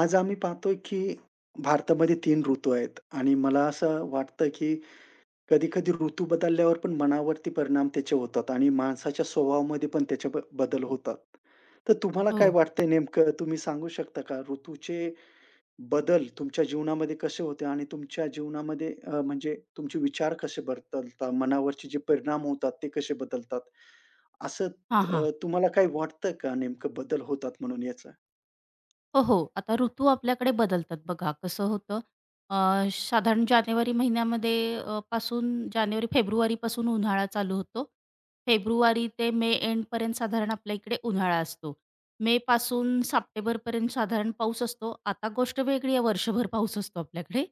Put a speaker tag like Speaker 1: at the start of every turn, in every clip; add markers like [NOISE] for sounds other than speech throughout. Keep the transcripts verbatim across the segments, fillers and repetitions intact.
Speaker 1: आज आम्ही पाहतोय, की भारतामध्ये तीन ऋतू आहेत आणि मला असं वाटतं, की कधी-कधी ऋतू बदलल्यावर पण मनावरती परिणाम त्याचे होतात आणि माणसाच्या स्वभावामध्ये पण त्याचे ब बदल होतात. तर तुम्हाला
Speaker 2: हो.
Speaker 1: काय वाटतंय नेमकं तुम्ही सांगू शकता का? ऋतूचे बदल तुमच्या जीवनामध्ये कसे होते आणि तुमच्या जीवनामध्ये अ, म्हणजे तुमचे विचार कसे बदलतात? मनावरचे जे परिणाम होतात ते कसे बदलतात? असं
Speaker 2: हां, हां.
Speaker 1: अ, तुम्हाला काही वाटतं का नेमकं बदल होतात म्हणून याचा?
Speaker 2: हो, हो. आता ऋतू आपल्याकडे बदलतात बघा. कसं होतं अ, साधारण जानेवारी महिन्यामध्ये अ, पासून जानेवारी-फेब्रुवारीपासून उन्हाळा चालू होतो. फेब्रुवारी ते मे एंडपर्यंत साधारण आपल्या इकडे उन्हाळा असतो. मेपासून सप्टेंबरपर्यंत साधारण पाऊस असतो. आता गोष्ट वेगळी आहे, वर्षभर पाऊस असतो आपल्याकडे.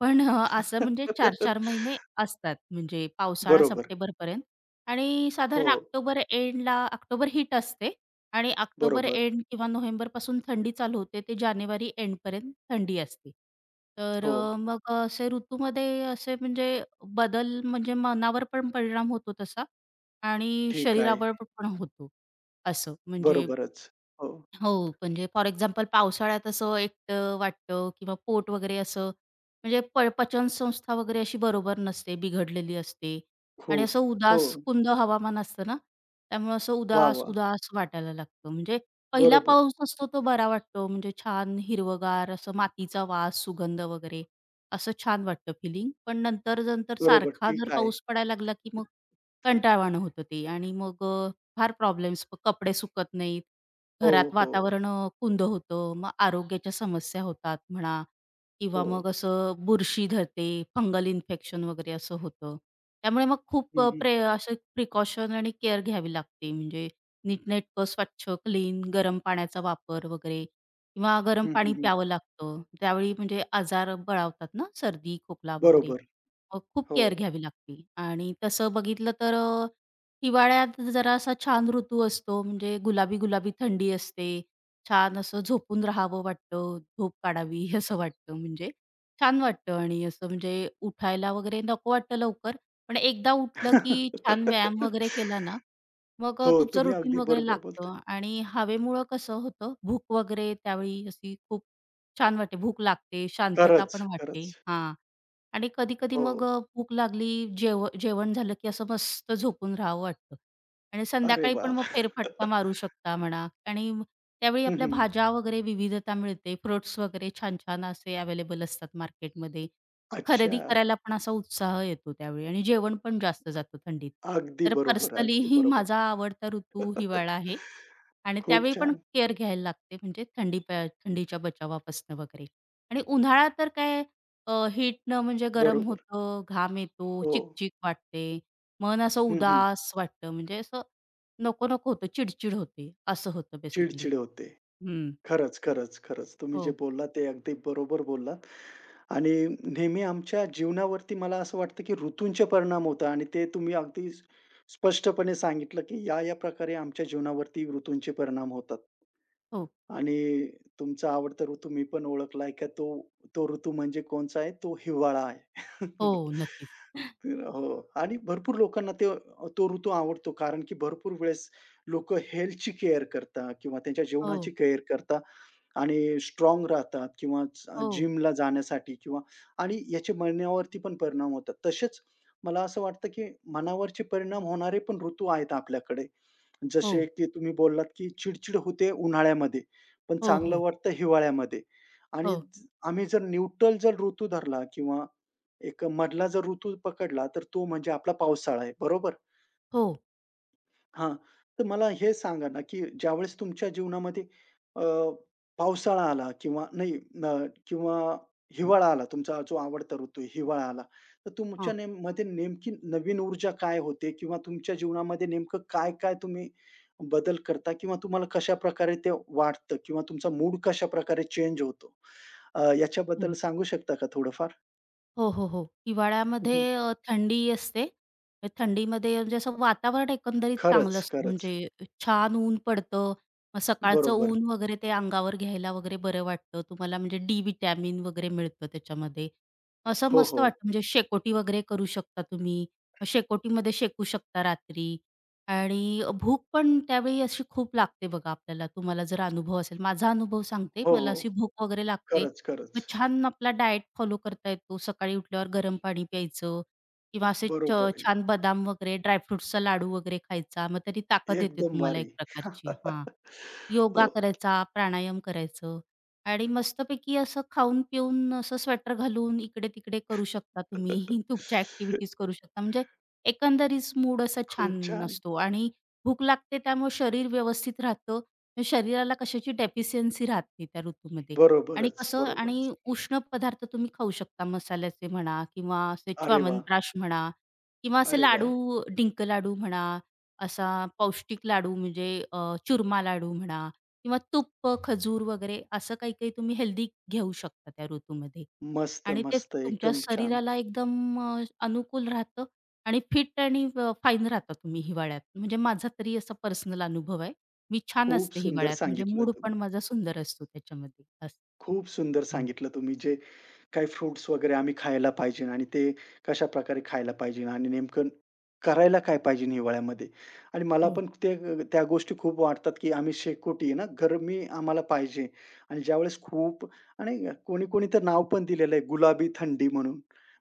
Speaker 2: पण अ, असं म्हणजे चार-चार महिने
Speaker 1: [LAUGHS]
Speaker 2: असतात म्हणजे पावसाळा
Speaker 1: बरोबर.
Speaker 2: सप्टेंबरपर्यंत आणि
Speaker 1: हो,
Speaker 2: साधारण ऑक्टोबर एंडला ऑक्टोबर हीट असते. आणि ऑक्टोबर
Speaker 1: बरोबर.
Speaker 2: एंड किंवा नोव्हेंबरपासून थंडी चालू होते ते जानेवारी एंड एंडपर्यंत थंडी असते. तर
Speaker 1: हो,
Speaker 2: अ, मग अ, असे ऋतूमध्ये असे म्हणजे बदल म्हणजे मनावर पण परिणाम होतो तसा आणि
Speaker 1: ठीक आहे.
Speaker 2: शरीरावर पण होतो. असं म्हणजे
Speaker 1: बरोबरच. हो,
Speaker 2: हो, म्हणजे फॉर एक्झाम्पल पावसाळ्यात असं एकटं वाटतं किंवा पोट वगैरे असं म्हणजे प पचनसंस्था वगैरे अशी बरोबर नसते, बिघडलेली असते आणि
Speaker 1: खूप.
Speaker 2: असं
Speaker 1: हो.
Speaker 2: उदास कुंद हवामान असतं ना, त्यामुळे असं
Speaker 1: वाह! वाह!
Speaker 2: उदास-उदास वाटायला लागतं. म्हणजे पहिला
Speaker 1: बरोबर,
Speaker 2: पाऊस असतो तो बरा वाटतो, म्हणजे छान हिरवंगार असं मातीचा वास, सुगंध वगैरे असं छान वाटतं फिलिंग. पण नंतर-नंतर
Speaker 1: बरोबर.
Speaker 2: सारखा जर
Speaker 1: ठीक आहे.
Speaker 2: पाऊस पडायला लागला की मग कंटाळवाणं होतं ते आणि मग अ, फार प्रॉब्लेम्स. कपडे सुकत नाहीत.
Speaker 1: हो,
Speaker 2: घरात
Speaker 1: हो,
Speaker 2: वातावरण अ, कुंद होतं, मग आरोग्याच्या समस्या होतात म्हणा किंवा
Speaker 1: हो.
Speaker 2: मग असं बुरशी धरते, फंगल इन्फेक्शन वगैरे असं होतं. त्यामुळे मग खूप
Speaker 1: हं,
Speaker 2: अ,
Speaker 1: हं.
Speaker 2: प्रे असे प्रिकॉशन आणि केअर घ्यावी लागते. म्हणजे नीटनेटकं, स्वच्छ, क्लीन, गरम पाण्याचा वापर वगैरे किंवा गरम
Speaker 1: हं, हं,
Speaker 2: पाणी
Speaker 1: हं.
Speaker 2: प्यावं लागतं. त्यावेळी म्हणजे आजार बळावतात ना सर्दी, खोकला वगैरे.
Speaker 1: बरोबर.
Speaker 2: मग खूप
Speaker 1: हो.
Speaker 2: केअर घ्यावी लागते आणि तसं बघितलं तर हिवाळ्यात जरा असा छान ऋतू असतो म्हणजे गुलाबी-गुलाबी थंडी असते. छान असं झोपून राहावं वाटतं, झोप काढावी [LAUGHS] असं वाटतं म्हणजे. छान वाटतं आणि असं म्हणजे उठायला वगैरे नको वाटतं लवकर, पण एकदा उठलं की छान व्यायाम वगैरे केला ना,
Speaker 1: [LAUGHS]
Speaker 2: मग अ,
Speaker 1: हो,
Speaker 2: तुमचं
Speaker 1: तुम्ही
Speaker 2: रुटीन
Speaker 1: अगदी
Speaker 2: वगैरे
Speaker 1: बरोबर बोलताय.
Speaker 2: लागतं आणि हवेमुळं कसं होतं, भूक वगैरे त्यावेळी अशी खूप छान वाटते, भूक लागते, शांतता
Speaker 1: खरंच,
Speaker 2: पण
Speaker 1: खरंच.
Speaker 2: वाटते. हां. आणि कधी-कधी
Speaker 1: हो.
Speaker 2: मग अ, भूक लागली, जेव जेवण झालं, की असं मस्त झोपून राहावं वाटतं. आणि
Speaker 1: अरे
Speaker 2: संध्याकाळी पण
Speaker 1: वाह!
Speaker 2: मग
Speaker 1: हं,
Speaker 2: फेरफटका मारू
Speaker 1: [LAUGHS]
Speaker 2: शकता म्हणा आणि म- त्यावेळी आपल्या भाज्या वगैरे विविधता मिळते. फ्रुट्स वगैरे छान-छान असे अवेलेबल असतात मार्केटमध्ये. मग
Speaker 1: अच्छा.
Speaker 2: खरेदी करायला पण असा उत्साह येतो त्यावेळी आणि जेवण पण जास्त जातं थंडीत.
Speaker 1: अगदी
Speaker 2: तर
Speaker 1: बरोबर,
Speaker 2: पर्सनली
Speaker 1: अगदी
Speaker 2: [LAUGHS]
Speaker 1: बरोबर.
Speaker 2: माझा आवडता ऋतू
Speaker 1: [LAUGHS]
Speaker 2: हिवाळा आहे. आणि
Speaker 1: खूप
Speaker 2: त्यावेळी पण
Speaker 1: छान.
Speaker 2: केअर घ्यायला लागते म्हणजे थंडी प थंडीच्या बचावापासून वगैरे. आणि उन्हाळ्यात तर काय अ, हीटनं म्हणजे गरम
Speaker 1: बरोबर.
Speaker 2: होतं, घाम येतो,
Speaker 1: हो.
Speaker 2: चिकचिक वाटते, मन असं
Speaker 1: हं, हं.
Speaker 2: उदास वाटतं म्हणजे असं नको-नको होतं, चिड-चिड होते, असं होतं बेसिकली.
Speaker 1: चिड होते.
Speaker 2: हं.
Speaker 1: खरंच, खरंच, खरंच. तुम्ही जे
Speaker 2: हो,
Speaker 1: बोललात ते अगदी बरोबर बोललात. आणि नेहमी आमच्या जीवनावरती मला असं वाटतं, की ऋतूंचे परिणाम होतात आणि ते तुम्ही अगदी स स्पष्टपणे सांगितलं, की या-या प्रकारे आमच्या जीवनावरती ऋतूंचे परिणाम होतात.
Speaker 2: हो,
Speaker 1: आणि तुमचा आवडता ऋतू मी पण ओळखलाय का तो तो ऋतू म्हणजे कोणचा आहे? तो हिवाळा आहे.
Speaker 2: हो,
Speaker 1: [LAUGHS]
Speaker 2: नक्कीच. [LAUGHS]
Speaker 1: तर हो आणि भरपूर लोकांना ते तो ऋतू आवडतो, कारण की भरपूर वेळेस लोकं हेल्थची केअर करतात किंवा त्यांच्या
Speaker 2: हो,
Speaker 1: जेवणाची केअर करतात आणि स्ट्राँग राहतात किंवा
Speaker 2: हो,
Speaker 1: जिमला जाण्यासाठी किंवा आणि याचे मनावरती पण परिणाम होतात. तसेच मला असं वाटतं, की मनावरचे परिणाम होणारे पण ऋतू आहेत आपल्याकडे. जसे
Speaker 2: हो,
Speaker 1: की तुम्ही बोललात, की चिड होते उन्हाळ्यामध्ये, पण
Speaker 2: हो,
Speaker 1: चांगलं
Speaker 2: हो,
Speaker 1: वाटतं हिवाळ्यामध्ये. आणि
Speaker 2: हो,
Speaker 1: ज- आम्ही जर न्यूट्रल जर ऋतू धरला किंवा एक मधला जर ऋतू पकडला, तर तो म्हणजे आपला पावसाळा आहे, बरोबर?
Speaker 2: हो.
Speaker 1: हां, तर मला हे सांगा ना, की ज्यावेळेस तुमच्या जीवनामध्ये अ, पावसाळा आला किंवा नाही अ, किंवा हिवाळा आला, तुमचा जो आवडता ऋतू आहे, हिवाळा आला. तर तुमच्या
Speaker 2: हां,
Speaker 1: नेम मध्ये नेमकी नवीन ऊर्जा काय होते किंवा तुमच्या जीवनामध्ये नेमकं काय-काय तुम्ही बदल करता किंवा तुम्हाला कशाप्रकारे ते वाटतं किंवा तुमचा मूड कशाप्रकारे चेंज होतो? अ,
Speaker 2: हो.
Speaker 1: याच्याबद्दल सांगू शकता का थोडंफार?
Speaker 2: हो, हो, हो.
Speaker 1: [LAUGHS]
Speaker 2: हिवाळ्यामध्ये
Speaker 1: हं,
Speaker 2: अ, थंडी असते. ते थंडीमध्ये म्हणजे असं वातावरण एकंदरीत चांगलं
Speaker 1: खरंच,
Speaker 2: असतं
Speaker 1: खरंच.
Speaker 2: म्हणजे छान ऊन पडतं. मग सकाळचं
Speaker 1: बरोबर.
Speaker 2: ऊन वगैरे ते अंगावर घ्यायला वगैरे बरं वाटतं. तुम्हाला म्हणजे डी व्हिटॅमिन वगैरे मिळतं त्याच्यामध्ये. असं
Speaker 1: हो,
Speaker 2: मस्त
Speaker 1: हो.
Speaker 2: वाटतं म्हणजे शेकोटी वगैरे करू शकता तुम्ही. मग शेकोटीमध्ये शेकू शकता रात्री आणि भूक पण त्यावेळी अशी खूप लागते बघा आपल्याला. तुम्हाला जर अनुभव असेल. माझा अनुभव सांगते.
Speaker 1: हो,
Speaker 2: मला
Speaker 1: हो.
Speaker 2: अशी भूक वगैरे लागते.
Speaker 1: खरंच,
Speaker 2: मग
Speaker 1: खरंच.
Speaker 2: छान आपला डाएट फॉलो करता येतो. सकाळी उठल्यावर गरम पाणी प्यायचं किंवा असे च
Speaker 1: बरोबर.
Speaker 2: छान बदाम वगैरे, ड्रायफ्रुट्सचा लाडू वगैरे खायचा. मग त्यानी ताकद येते
Speaker 1: एकदम
Speaker 2: तुम्हाला
Speaker 1: भारी.
Speaker 2: एक प्रकारची. हां.
Speaker 1: [LAUGHS]
Speaker 2: योगा
Speaker 1: हो.
Speaker 2: करायचा, प्राणायाम करायचं आणि मस्तपैकी असं खाऊन पिऊन असं स्वेटर घालून इकडे-तिकडे करू शकता तुम्ही. [LAUGHS] तुमच्या ॲक्टिव्हिटीज करू शकता. म्हणजे एकंदरीत मूड असा
Speaker 1: खूप
Speaker 2: छान
Speaker 1: छान.
Speaker 2: असतो आणि भूक लागते त्यामुळे शरीर व्यवस्थित राहतं. म्हणजे शरीराला कशाची डेफिशियन्सी राहत नाही त्या ऋतूमध्ये आणि
Speaker 1: बरोबरच,
Speaker 2: कसं आणि
Speaker 1: बरोबरच.
Speaker 2: उष्ण पदार्थ तुम्ही खाऊ शकता. मसाल्याचे म्हणा किंवा असे
Speaker 1: अरे वाह!
Speaker 2: च्यवनप्राश म्हणा किंवा असे
Speaker 1: अरे वाह!
Speaker 2: लाडू, डिंक लाडू म्हणा असा पौष्टिक लाडू म्हणजे अ, चुरमा लाडू म्हणा किंवा तूप, खजूर वगैरे असं काही-काही तुम्ही हेल्दी घेऊ शकता त्या ऋतूमध्ये.
Speaker 1: मस्त,
Speaker 2: आणि ते
Speaker 1: मस्त.
Speaker 2: तुमच्या
Speaker 1: एकदम छान.
Speaker 2: शरीराला एकदम अ, अनुकूल राहतं आणि फिट आणि अ, फाईन राहता तुम्ही हिवाळ्यात. म्हणजे माझा तरी असा पर्सनल अनुभव आहे. मी छान
Speaker 1: खूप
Speaker 2: असते
Speaker 1: सुंदर
Speaker 2: हिवाळ्यात म्हणजे
Speaker 1: सांगितलं
Speaker 2: मूड
Speaker 1: तुम्ही.
Speaker 2: पण माझा सुंदर असतो त्याच्यामध्ये असं.
Speaker 1: खूप सुंदर
Speaker 2: हं.
Speaker 1: सांगितलं तुम्ही, जे काही फ्रुट्स वगैरे आम्ही खायला पाहिजे आणि ते कशा कशाप्रकारे खायला पाहिजे आणि नेमकं करायला काय पाहिजे हिवाळ्यामध्ये. आणि मला
Speaker 2: हो.
Speaker 1: पण ते त्या गोष्टी खूप वाटतात, की आम्ही शेकोटी आहे ना, गरमी आम्हाला पाहिजे आणि ज्यावेळेस खूप आणि कोणी-कोणी तर नाव पण दिलेलं आहे गुलाबी थंडी म्हणून.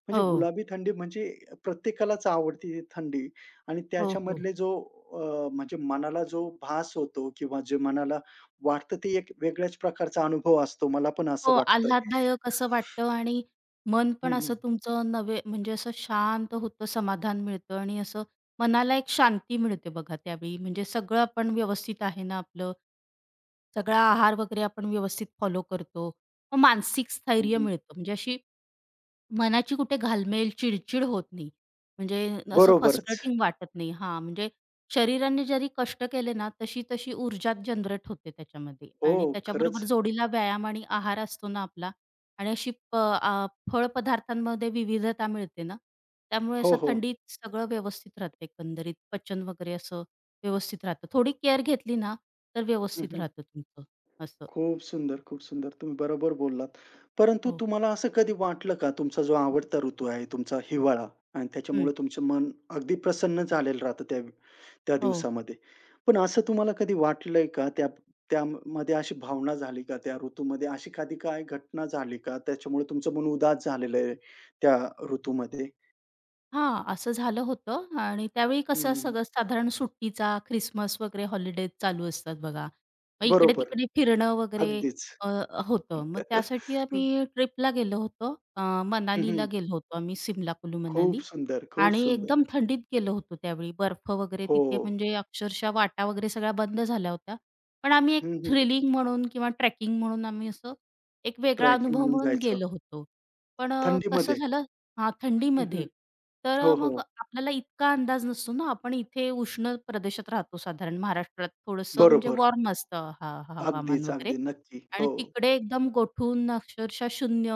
Speaker 1: म्हणजे
Speaker 2: हो.
Speaker 1: गुलाबी थंडी म्हणजे प्रत्येकालाच आवडती ती थंडी आणि
Speaker 2: हो, हो.
Speaker 1: त्याच्यामधले जो अ, म्हणजे मनाला जो भास होतो किंवा जे मनाला वाटतं ते एक वेगळ्याच प्रकारचा अनुभव असतो. मला पण असं
Speaker 2: हो,
Speaker 1: वाटतंय.
Speaker 2: आल्हाददायक असं वाटतं आणि मन
Speaker 1: हं,
Speaker 2: पण
Speaker 1: हं.
Speaker 2: असं तुमचं नवे म्हणजे असं शांत होतं, समाधान मिळतं आणि असं मनाला एक शांती मिळते बघा त्यावेळी. म्हणजे सगळं आपण व्यवस्थित आहे ना आपलं, सगळा आहार वगैरे आपण व्यवस्थित फॉलो करतो. मग मानसिक
Speaker 1: हं,
Speaker 2: स्थैर्य
Speaker 1: हं.
Speaker 2: मिळतं. म्हणजे अशी मनाची कुठे घालमेल, चिडचिड होत नाही. म्हणजे असं
Speaker 1: बरोबरच.
Speaker 2: फ्रस्ट्रेटिंग वाटत नाही. हां, म्हणजे शरीराने जरी कष्ट केले ना, तशी-तशी ऊर्जा जनरेट होते त्याच्यामध्ये
Speaker 1: हो,
Speaker 2: आणि त्याच्याबरोबर
Speaker 1: खरंच.
Speaker 2: जोडीला व्यायाम आणि आहार असतो ना आपला आणि अशी प आ, फळ पदार्थांमध्ये विविधता मिळते ना, त्यामुळे
Speaker 1: हो,
Speaker 2: असं
Speaker 1: हो.
Speaker 2: थंडीत सगळं व्यवस्थित राहतं एकंदरीत. पचन वगैरे असं व्यवस्थित राहतं. थोडी केअर घेतली ना, तर
Speaker 1: हं,
Speaker 2: व्यवस्थित
Speaker 1: हं.
Speaker 2: राहतं तुमचं असं.
Speaker 1: खूप सुंदर, खूप सुंदर. तुम्ही बरोबर बोललात. परंतु
Speaker 2: हो.
Speaker 1: तुम्हाला असं कधी वाटलं का तुमचा जो आवडता ऋतू आहे, तुमचा हिवाळा आणि
Speaker 2: हं.
Speaker 1: त्याच्यामुळे तुमचं मन अगदी प्रसन्न झालेलं राहतं त्या त्या
Speaker 2: हो.
Speaker 1: दिवसामध्ये. पण असं तुम्हाला कधी वाटलंय का त्या त्यामध्ये अशी भावना झाली का? त्या ऋतूमध्ये अशी कधी काय घटना झाली का? त्याच्यामुळे तुमचं मन उदास झालेलं आहे त्या ऋतूमध्ये?
Speaker 2: हां, असं झालं होतं आणि त्यावेळी
Speaker 1: हं,
Speaker 2: कसं
Speaker 1: हं.
Speaker 2: सगळं साधारण सुट्टीचा, ख्रिसमस वगैरे हॉलिडेज चालू असतात बघा. मग
Speaker 1: बरोबर.
Speaker 2: इकडे-तिकडे फिरणं वगैरे
Speaker 1: अगदीच.
Speaker 2: अ, होतं. मग त्यासाठी
Speaker 1: [LAUGHS] हं,
Speaker 2: आम्ही ट्रिपला गेलो होतो. अ, मनालीला
Speaker 1: हं.
Speaker 2: गेलो होतो आम्ही सिमला, कुलू
Speaker 1: खूप
Speaker 2: मनाली
Speaker 1: सुंदर, खूप
Speaker 2: आणि
Speaker 1: सुंदर.
Speaker 2: एकदम थंडीत गेलो होतो त्यावेळी. बर्फ वगैरे
Speaker 1: हो.
Speaker 2: तिथे म्हणजे अक्षरशः वाटा वगैरे सगळ्या बंद झाल्या होत्या. पण आम्ही एक
Speaker 1: हं, हं.
Speaker 2: थ्रिलिंग म्हणून किंवा ट्रेकिंग म्हणून आम्ही असं एक वेगळा
Speaker 1: ट्रॅकिंग
Speaker 2: अनुभव
Speaker 1: म्हणून
Speaker 2: म्हणून
Speaker 1: जायचं.
Speaker 2: गेलो होतो. पण अ, कसं
Speaker 1: थंडीमध्ये.
Speaker 2: झालं हां,
Speaker 1: हं,
Speaker 2: थंडीमध्ये. तर अ,
Speaker 1: हो,
Speaker 2: मग
Speaker 1: हो.
Speaker 2: आपल्याला इतका अंदाज नसतो ना, आपण इथे उष्ण प्रदेशात राहतो साधारण महाराष्ट्रात थोडंसं म्हणजे
Speaker 1: बरोबर.
Speaker 2: वॉर्म असतं हां, हवामान
Speaker 1: अगदीच,
Speaker 2: वगैरे
Speaker 1: अगदी. नक्की.
Speaker 2: आणि
Speaker 1: हो,
Speaker 2: तिकडे एकदम गोठून अक्षरशः शून्य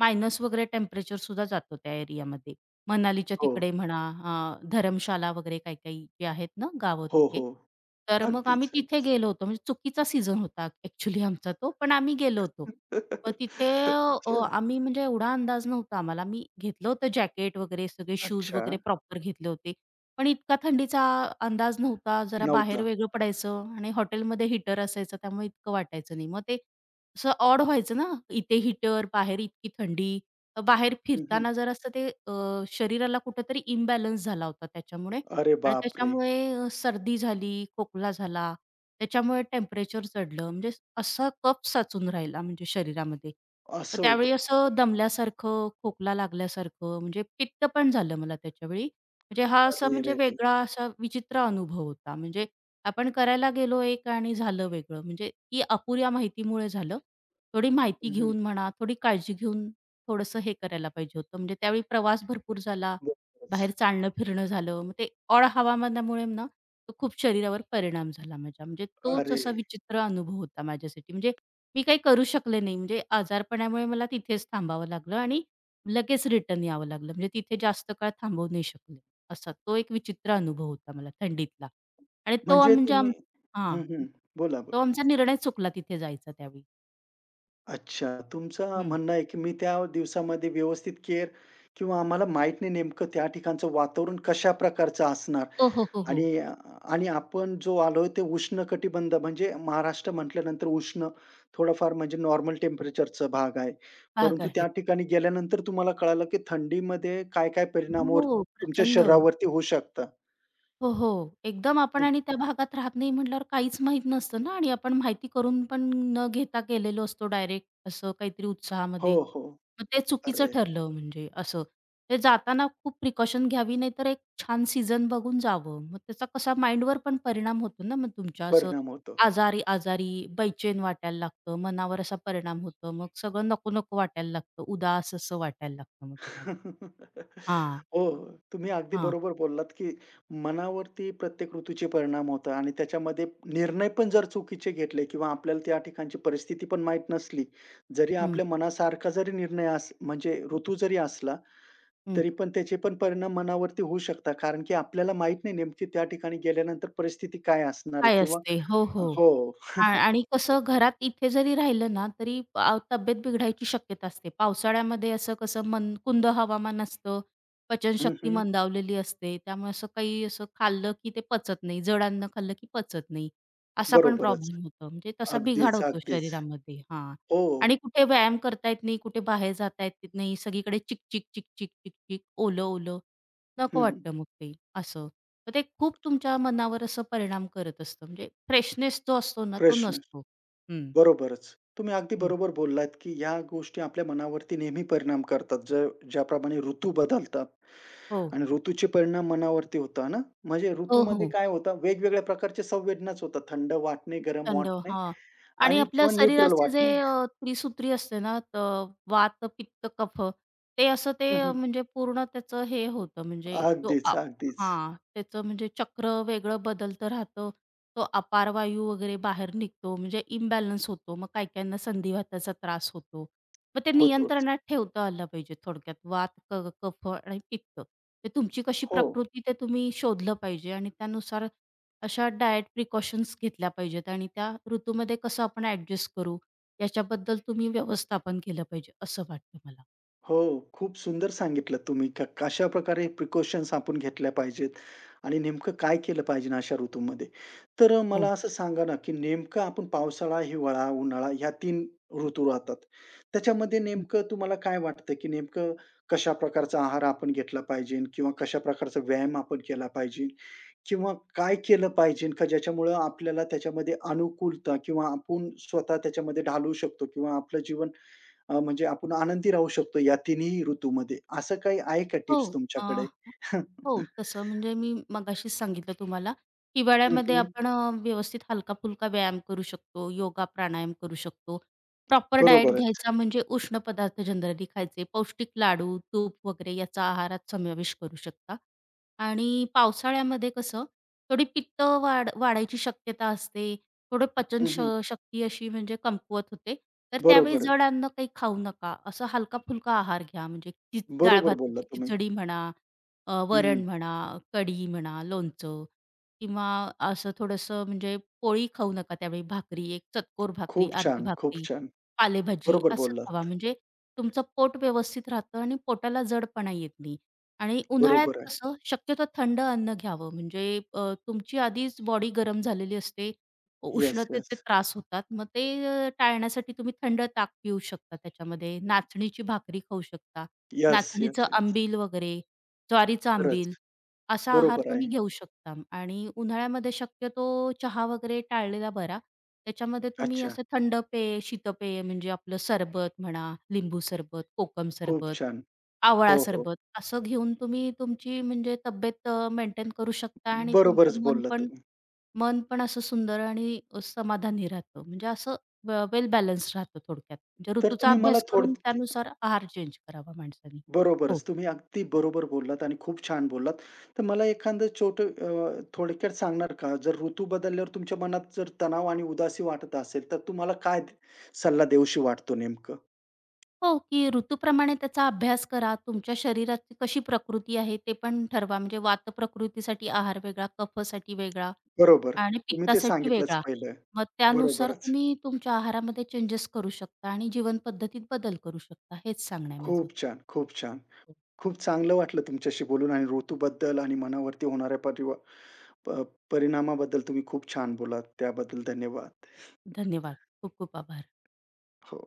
Speaker 2: मायनस वगैरे टेम्परेचर सुद्धा जातो त्या एरियामध्ये. मनालीच्या
Speaker 1: हो.
Speaker 2: तिकडे म्हणा, अ, धरमशाला वगैरे काही-काही जे आहेत ना गावं
Speaker 1: हो,
Speaker 2: तिथे.
Speaker 1: हो.
Speaker 2: तर मग
Speaker 1: अगदीच,
Speaker 2: आम्ही तिथे
Speaker 1: अगदीच.
Speaker 2: गेलो होतो. म्हणजे चुकीचा सीझन होता ॲक्चुअली आमचा तो, पण आम्ही गेलो होतो. मग तिथे
Speaker 1: [LAUGHS]
Speaker 2: अ,
Speaker 1: अच्छा.
Speaker 2: आम्ही म्हणजे एवढा अंदाज नव्हता आम्हाला. मी घेतलं होतं जॅकेट वगैरे सगळे शूज
Speaker 1: अच्छा.
Speaker 2: वगैरे प्रॉपर घेतले होते. पण इतका थंडीचा अंदाज नव्हता. जरा
Speaker 1: नव्हता.
Speaker 2: बाहेर वेगळं पडायचं आणि हॉटेलमध्ये हीटर असायचं त्यामुळे इतकं वाटायचं नाही. मग ते असं ऑड व्हायचं ना, इथे हीटर, बाहेर इतकी थंडी. बाहेर
Speaker 1: हं, हं.
Speaker 2: फिरताना जरासं ते अ, शरीराला कुठेतरी इम्बॅलन्स झाला होता त्याच्यामुळे
Speaker 1: अरे
Speaker 2: आणि
Speaker 1: बापरे!
Speaker 2: त्याच्यामुळे अ, सर्दी झाली, खोकला झाला, त्याच्यामुळे टेम्परेचर चढलं, म्हणजे असा कफ साचून राहिला म्हणजे शरीरामध्ये. मग
Speaker 1: असं होतं.
Speaker 2: त्यावेळी असं दमल्यासारखं, खोकला लागल्यासारखं, म्हणजे पित्त पण झालं मला त्याच्यावेळी. म्हणजे हा असा
Speaker 1: अरे
Speaker 2: म्हणजे
Speaker 1: रे रे!
Speaker 2: वेगळा असा विचित्र अनुभव होता. म्हणजे आपण करायला गेलो एक आणि झालं वेगळं. म्हणजे ती अपुऱ्या माहितीमुळे झालं. थोडी माहिती
Speaker 1: हं,
Speaker 2: घेऊन म्हणा, थोडी काळजी घेऊन थोडंसं हे करायला पाहिजे होतं. म्हणजे त्यावेळी प्रवास भरपूर झाला.
Speaker 1: बरोबरच.
Speaker 2: बाहेर चालणं-फिरणं झालं. मग ते ऑड हवामानामुळे ना, तो खूप शरीरावर परिणाम झाला माझ्या. म्हणजे तोच
Speaker 1: अरे!
Speaker 2: असा विचित्र अनुभव होता माझ्यासाठी. म्हणजे मी काही करू शकले नाही. म्हणजे आजारपणामुळे मला तिथेच थांबावं लागलं आणि लगेच रिटर्न यावं लागलं. म्हणजे तिथे जास्त काळ थांबवू नाही शकले. असा तो एक विचित्र अनुभव होता मला थंडीतला. आणि तो
Speaker 1: म्हणजे
Speaker 2: आम- म्हणजे
Speaker 1: तुम्ही
Speaker 2: आम हां.
Speaker 1: हं, हं. बोला,
Speaker 2: तो
Speaker 1: बोला.
Speaker 2: आमचा निर्णय चुकला तिथे जायचा त्यावेळी.
Speaker 1: अच्छा. तुमचं
Speaker 2: हं.
Speaker 1: म्हणणं आहे, की मी त्या दिवसामध्ये व्यवस्थित केअर किंवा आम्हाला माहीत नाही नेमकं त्या ठिकाणचं वातावरण कशा प्रकारचं असणार
Speaker 2: हो, हो, हो, हो.
Speaker 1: आणि अ, आणि आपण जो आलोय ते उष्ण कटिबंध म्हणजे महाराष्ट्र म्हटल्यानंतर उष्ण थोडंफार म्हणजे नॉर्मल टेम्परेचरचा भाग आहे.
Speaker 2: भाग
Speaker 1: परंतु
Speaker 2: आहे.
Speaker 1: त्या ठिकाणी गेल्यानंतर तुम्हाला कळालं, की थंडीमध्ये काय-काय परिणाम वर
Speaker 2: हो,
Speaker 1: तुमच्या
Speaker 2: प्रचंड.
Speaker 1: शरीरावरती होऊ शकतात.
Speaker 2: हो, हो. एकदम आपण
Speaker 1: हं.
Speaker 2: आणि त्या भागात राहत नाही म्हटल्यावर काहीच माहीत नसतं ना आणि आपण माहिती करून पण न घेता गेलेलो असतो डायरेक्ट असं काहीतरी
Speaker 1: हो,
Speaker 2: उत्साहामध्ये.
Speaker 1: हो.
Speaker 2: मग ते चुकीचं
Speaker 1: अरे!
Speaker 2: ठरलं म्हणजे असं. ते जाताना खूप प्रिकॉशन घ्यावी नाहीतर एक छान सीझन बघून जावं. मग त्याचा कसा माइंडवर पण परिणाम होतो ना मग तुमच्या असं
Speaker 1: परिणाम होतो.
Speaker 2: आजारी-आजारी बैचेन वाटायला लागतं, मनावर असा परिणाम होतो. मग सगळं नको-नको वाटायला लागतं, उदास असं वाटायला लागतं मग तुम्हाला.
Speaker 1: [LAUGHS]
Speaker 2: हां,
Speaker 1: हो, तुम्ही अगदी
Speaker 2: हां.
Speaker 1: बरोबर बोललात, की मनावरती प्रत्येक ऋतूचे परिणाम होतात आणि त्याच्यामध्ये निर्णय पण जर चुकीचे घेतले किंवा आपल्याला त्या ठिकाणची परिस्थिती पण माहीत नसली, जरी
Speaker 2: हं,
Speaker 1: आपल्या मनासारखा जरी निर्णय अस म्हणजे ऋतू जरी असला,
Speaker 2: हं.
Speaker 1: तरी पण त्याचे पण परिणाम मनावरती होऊ शकतात. कारण की आपल्याला माहीत नाही नेमकी त्या ठिकाणी गेल्यानंतर परिस्थिती काय असणार आहे
Speaker 2: काय
Speaker 1: किंवा
Speaker 2: असते? हो, हो.
Speaker 1: हो.
Speaker 2: आ आणि कसं घरात इथे जरी राहिलं ना, तरी अ, तब्येत बिघडायची शक्यता असते. पावसाळ्यामध्ये असं कसं मनकुंद हवामान असतं,
Speaker 1: हं,
Speaker 2: पचनशक्ती
Speaker 1: हं.
Speaker 2: मंदावलेली असते. त्यामुळे असं काही असं खाल्लं की ते पचत नाही. जड अन्न खाल्लं की पचत नाही. असा पण
Speaker 1: बरोबरच.
Speaker 2: प्रॉब्लेम होतो. म्हणजे तसा बिघाड
Speaker 1: अगदीच,
Speaker 2: होतो
Speaker 1: अगदीच.
Speaker 2: शरीरामध्ये. हां.
Speaker 1: हो.
Speaker 2: आणि कुठे व्यायाम करता येत नाही, कुठे बाहेर जाता येत नाही. सगळीकडे चिकचिक, चिकचिक, चिकचिक, ओलं-ओलं. नको
Speaker 1: हं, हं.
Speaker 2: वाटतं मग ते असं. तर ते खूप तुमच्या मनावर असं परिणाम करत असतं. म्हणजे फ्रेशनेस जो असतो ना, तो
Speaker 1: प्रश्न.
Speaker 2: नसतो. हं,
Speaker 1: बरोबरच. तुम्ही अगदी
Speaker 2: हं.
Speaker 1: बरोबर बोललात, की ह्या गोष्टी आपल्या मनावरती नेहमी परिणाम करतात. ज ज्याप्रमाणे ऋतू बदलतात
Speaker 2: हो.
Speaker 1: आणि ऋतूचे परिणाम मनावरती होता ना? म्हणजे
Speaker 2: हो,
Speaker 1: ऋतूमध्ये
Speaker 2: हो.
Speaker 1: काय होतं, वेगवेगळ्या प्रकारच्या संवेदनाच होतात. थंड वाटणे, गरम
Speaker 2: थंड.
Speaker 1: वाटणे
Speaker 2: हां. आणि
Speaker 1: आणि
Speaker 2: आपल्या
Speaker 1: किंवा न्यूट्रल
Speaker 2: शरीराचे जे
Speaker 1: वाटणे.
Speaker 2: अ, त्रिसूत्री असते ना, तर वात, पित्त, कफ ते असं
Speaker 1: [LAUGHS]
Speaker 2: ते
Speaker 1: हं,
Speaker 2: अ,
Speaker 1: हं.
Speaker 2: म्हणजे पूर्ण त्याचं हे होतं म्हणजे तो
Speaker 1: अगदीच,
Speaker 2: आप,
Speaker 1: अगदीच.
Speaker 2: हां, त्याचं म्हणजे चक्र वेगळं बदलतं राहतं. तो अपार वायू वगैरे बाहेर निघतो म्हणजे इम्बॅलन्स होतो. मग काही-काहींना संधिवाताचा त्रास होतो. मग ते
Speaker 1: होतोच.
Speaker 2: नियंत्रणात ठेवता आलं पाहिजे थोडक्यात वात, क कफ आणि पित्त. ते तुमची कशी
Speaker 1: हो.
Speaker 2: प्रकृती ते तुम्ही शोधलं पाहिजे आणि त्यानुसार अशा डाएट प्रिकॉशन्स घेतल्या पाहिजेत आणि त्या ऋतूमध्ये कसं आपण ॲडजस्ट करू, याच्याबद्दल तुम्ही व्यवस्थापन केलं पाहिजे, असं वाटतं मला.
Speaker 1: हो, खूप सुंदर सांगितलं तुम्ही. क कशाप्रकारे प्रिकॉशन्स आपण घेतल्या पाहिजेत आणि नेमकं काय केलं पाहिजे ना अशा ऋतूमध्ये. तर अ,
Speaker 2: हो.
Speaker 1: मला असं सांगा ना, की नेमकं आपण पावसाळा, हिवाळा, उन्हाळा ह्या तीन ऋतू राहतात. त्याच्यामध्ये
Speaker 2: हं.
Speaker 1: नेमकं तुम्हाला काय वाटतं, की नेमकं कशा प्रकारचा आहार आपण घेतला पाहिजे किंवा कशा प्रकारचा व्यायाम आपण केला पाहिजे किंवा काय केलं पाहिजे का ज्याच्यामुळं आपल्याला त्याच्यामध्ये अनुकूलता किंवा आपण स्वतः त्याच्यामध्ये ढालवू शकतो किंवा आपलं जीवन अ, म्हणजे आपण आनंदी राहू शकतो या तिन्ही ऋतूमध्ये. असं काही आहे का
Speaker 2: हो,
Speaker 1: टिप्स
Speaker 2: अ,
Speaker 1: तुमच्याकडे?
Speaker 2: हो,
Speaker 1: [LAUGHS]
Speaker 2: तसं म्हणजे मी मगाशीच सांगितलं तुम्हाला,
Speaker 1: हं,
Speaker 2: हिवाळ्यामध्ये
Speaker 1: हं.
Speaker 2: आपण अ, व्यवस्थित हलका-फुलका व्यायाम करू शकतो, योगा, प्राणायाम करू शकतो. प्रॉपर डाएट
Speaker 1: बरोबरच.
Speaker 2: घ्यायचा म्हणजे उष्ण पदार्थ जनरली खायचे, पौष्टिक लाडू, तूप वगैरे याचा आहारात समावेश करू शकता. आणि पावसाळ्यामध्ये कसं थोडी पित्त वाढ वाढायची शक्यता असते. थोडं पचन
Speaker 1: हं,
Speaker 2: श
Speaker 1: हं.
Speaker 2: शक्ती अशी म्हणजे कमकुवत होते. तर त्यावेळी
Speaker 1: बरोबरच.
Speaker 2: जड अन्न काही खाऊ नका. असं हलका-फुलका आहार घ्या. म्हणजे खिच
Speaker 1: बरोबर बोललात
Speaker 2: डाळ-भाताची
Speaker 1: तुम्ही.
Speaker 2: खिचडी म्हणा, अ,
Speaker 1: हं, हं.
Speaker 2: वरण म्हणा, कढी म्हणा, लोणचं किंवा असं थोडंसं म्हणजे पोळी खाऊ नका त्यावेळी. भाकरी, एक चतकोर भाकरी,
Speaker 1: खूप
Speaker 2: अर्धी
Speaker 1: छान, खूप
Speaker 2: भाकरी,
Speaker 1: छान.
Speaker 2: पालेभाजी
Speaker 1: बरोबर
Speaker 2: असं खावा.
Speaker 1: बोललात.
Speaker 2: म्हणजे तुमचं पोट व्यवस्थित राहतं आणि पोटाला जडपणा येत नाही. आणि उन्हाळ्यात
Speaker 1: बरोबर आहे.
Speaker 2: कसं शक्यतो थंड अन्न घ्यावं म्हणजे अ, तुमची आधीच बॉडी गरम झालेली असते.
Speaker 1: यस यस
Speaker 2: उष्णतेचे त्रास होतात. मग ते अ, टाळण्यासाठी तुम्ही थंड ताक पिऊ शकता त्याच्यामध्ये. नाचणीची भाकरी खाऊ शकता.
Speaker 1: यस यस
Speaker 2: नाचणीचं
Speaker 1: यस
Speaker 2: आंबील वगैरे, ज्वारीचं आंबील
Speaker 1: खरंच.
Speaker 2: असा आहार
Speaker 1: बरोबर
Speaker 2: तुम्ही
Speaker 1: आहे.
Speaker 2: घेऊ शकता आणि उन्हाळ्यामध्ये शक्यतो चहा वगैरे टाळलेला बरा. त्याच्यामध्ये तुम्ही
Speaker 1: अच्छा.
Speaker 2: असं थंड पेय, शीतपेय म्हणजे आपलं सरबत म्हणा, लिंबू सरबत, कोकम
Speaker 1: खूप
Speaker 2: सरबत
Speaker 1: छान.
Speaker 2: आवळा
Speaker 1: हो, हो.
Speaker 2: सरबत असं घेऊन तुम्ही तुमची म्हणजे तब्येत अ, मेंटेन करू शकता आणि
Speaker 1: बरोबरच
Speaker 2: तुमचं मन
Speaker 1: बोललात
Speaker 2: पण
Speaker 1: तुम्ही.
Speaker 2: मन पण असं सुंदर आणि समाधानी राहतं. म्हणजे असं व वेल बॅलन्स राहतं थोडक्यात. म्हणजे
Speaker 1: तर
Speaker 2: ऋतूचा
Speaker 1: तुम्ही मला
Speaker 2: अभ्यास
Speaker 1: थोडं
Speaker 2: करून त्यानुसार आहार चेंज करावा माणसाने. हो.
Speaker 1: बरोबरच. तुम्ही अगदी बरोबर बोललात आणि खूप छान बोललात. तर मला एखादं छोट अ, थोडक्यात सांगणार का? जर ऋतू बदलल्यावर तुमच्या मनात जर तणाव आणि उदासी वाटत असेल, तर तुम्हाला काय द- सल्ला देऊशी वाटतो नेमकं?
Speaker 2: हो, की ऋतूप्रमाणे त्याचा अभ्यास करा. तुमच्या शरीराची कशी प्रकृती आहे ते पण ठरवा. म्हणजे वात प्रकृतीसाठी आहार वेगळा, कफासाठी वेगळा
Speaker 1: बरोबर.
Speaker 2: आणि
Speaker 1: तुम्ही ते
Speaker 2: पित्तासाठी
Speaker 1: सांगितलंच
Speaker 2: वेगळा.
Speaker 1: पहिलं.
Speaker 2: मग त्यानुसार
Speaker 1: बरोबरच.
Speaker 2: तुम्ही तुमच्या आहारामध्ये चेंजेस करू शकता आणि जीवनपद्धतीत बदल करू शकता. हेच सांगणं आहे माझं.
Speaker 1: खूप छान, खूप छान.
Speaker 2: हो.
Speaker 1: खूप चांगलं वाटलं तुमच्याशी बोलून आणि ऋतूबद्दल आणि मनावरती होणाऱ्या परिवा प परिणामाबद्दल तुम्ही खूप छान बोललात. त्याबद्दल धन्यवाद.
Speaker 2: धन्यवाद. खूप खूप आभार.
Speaker 1: हो.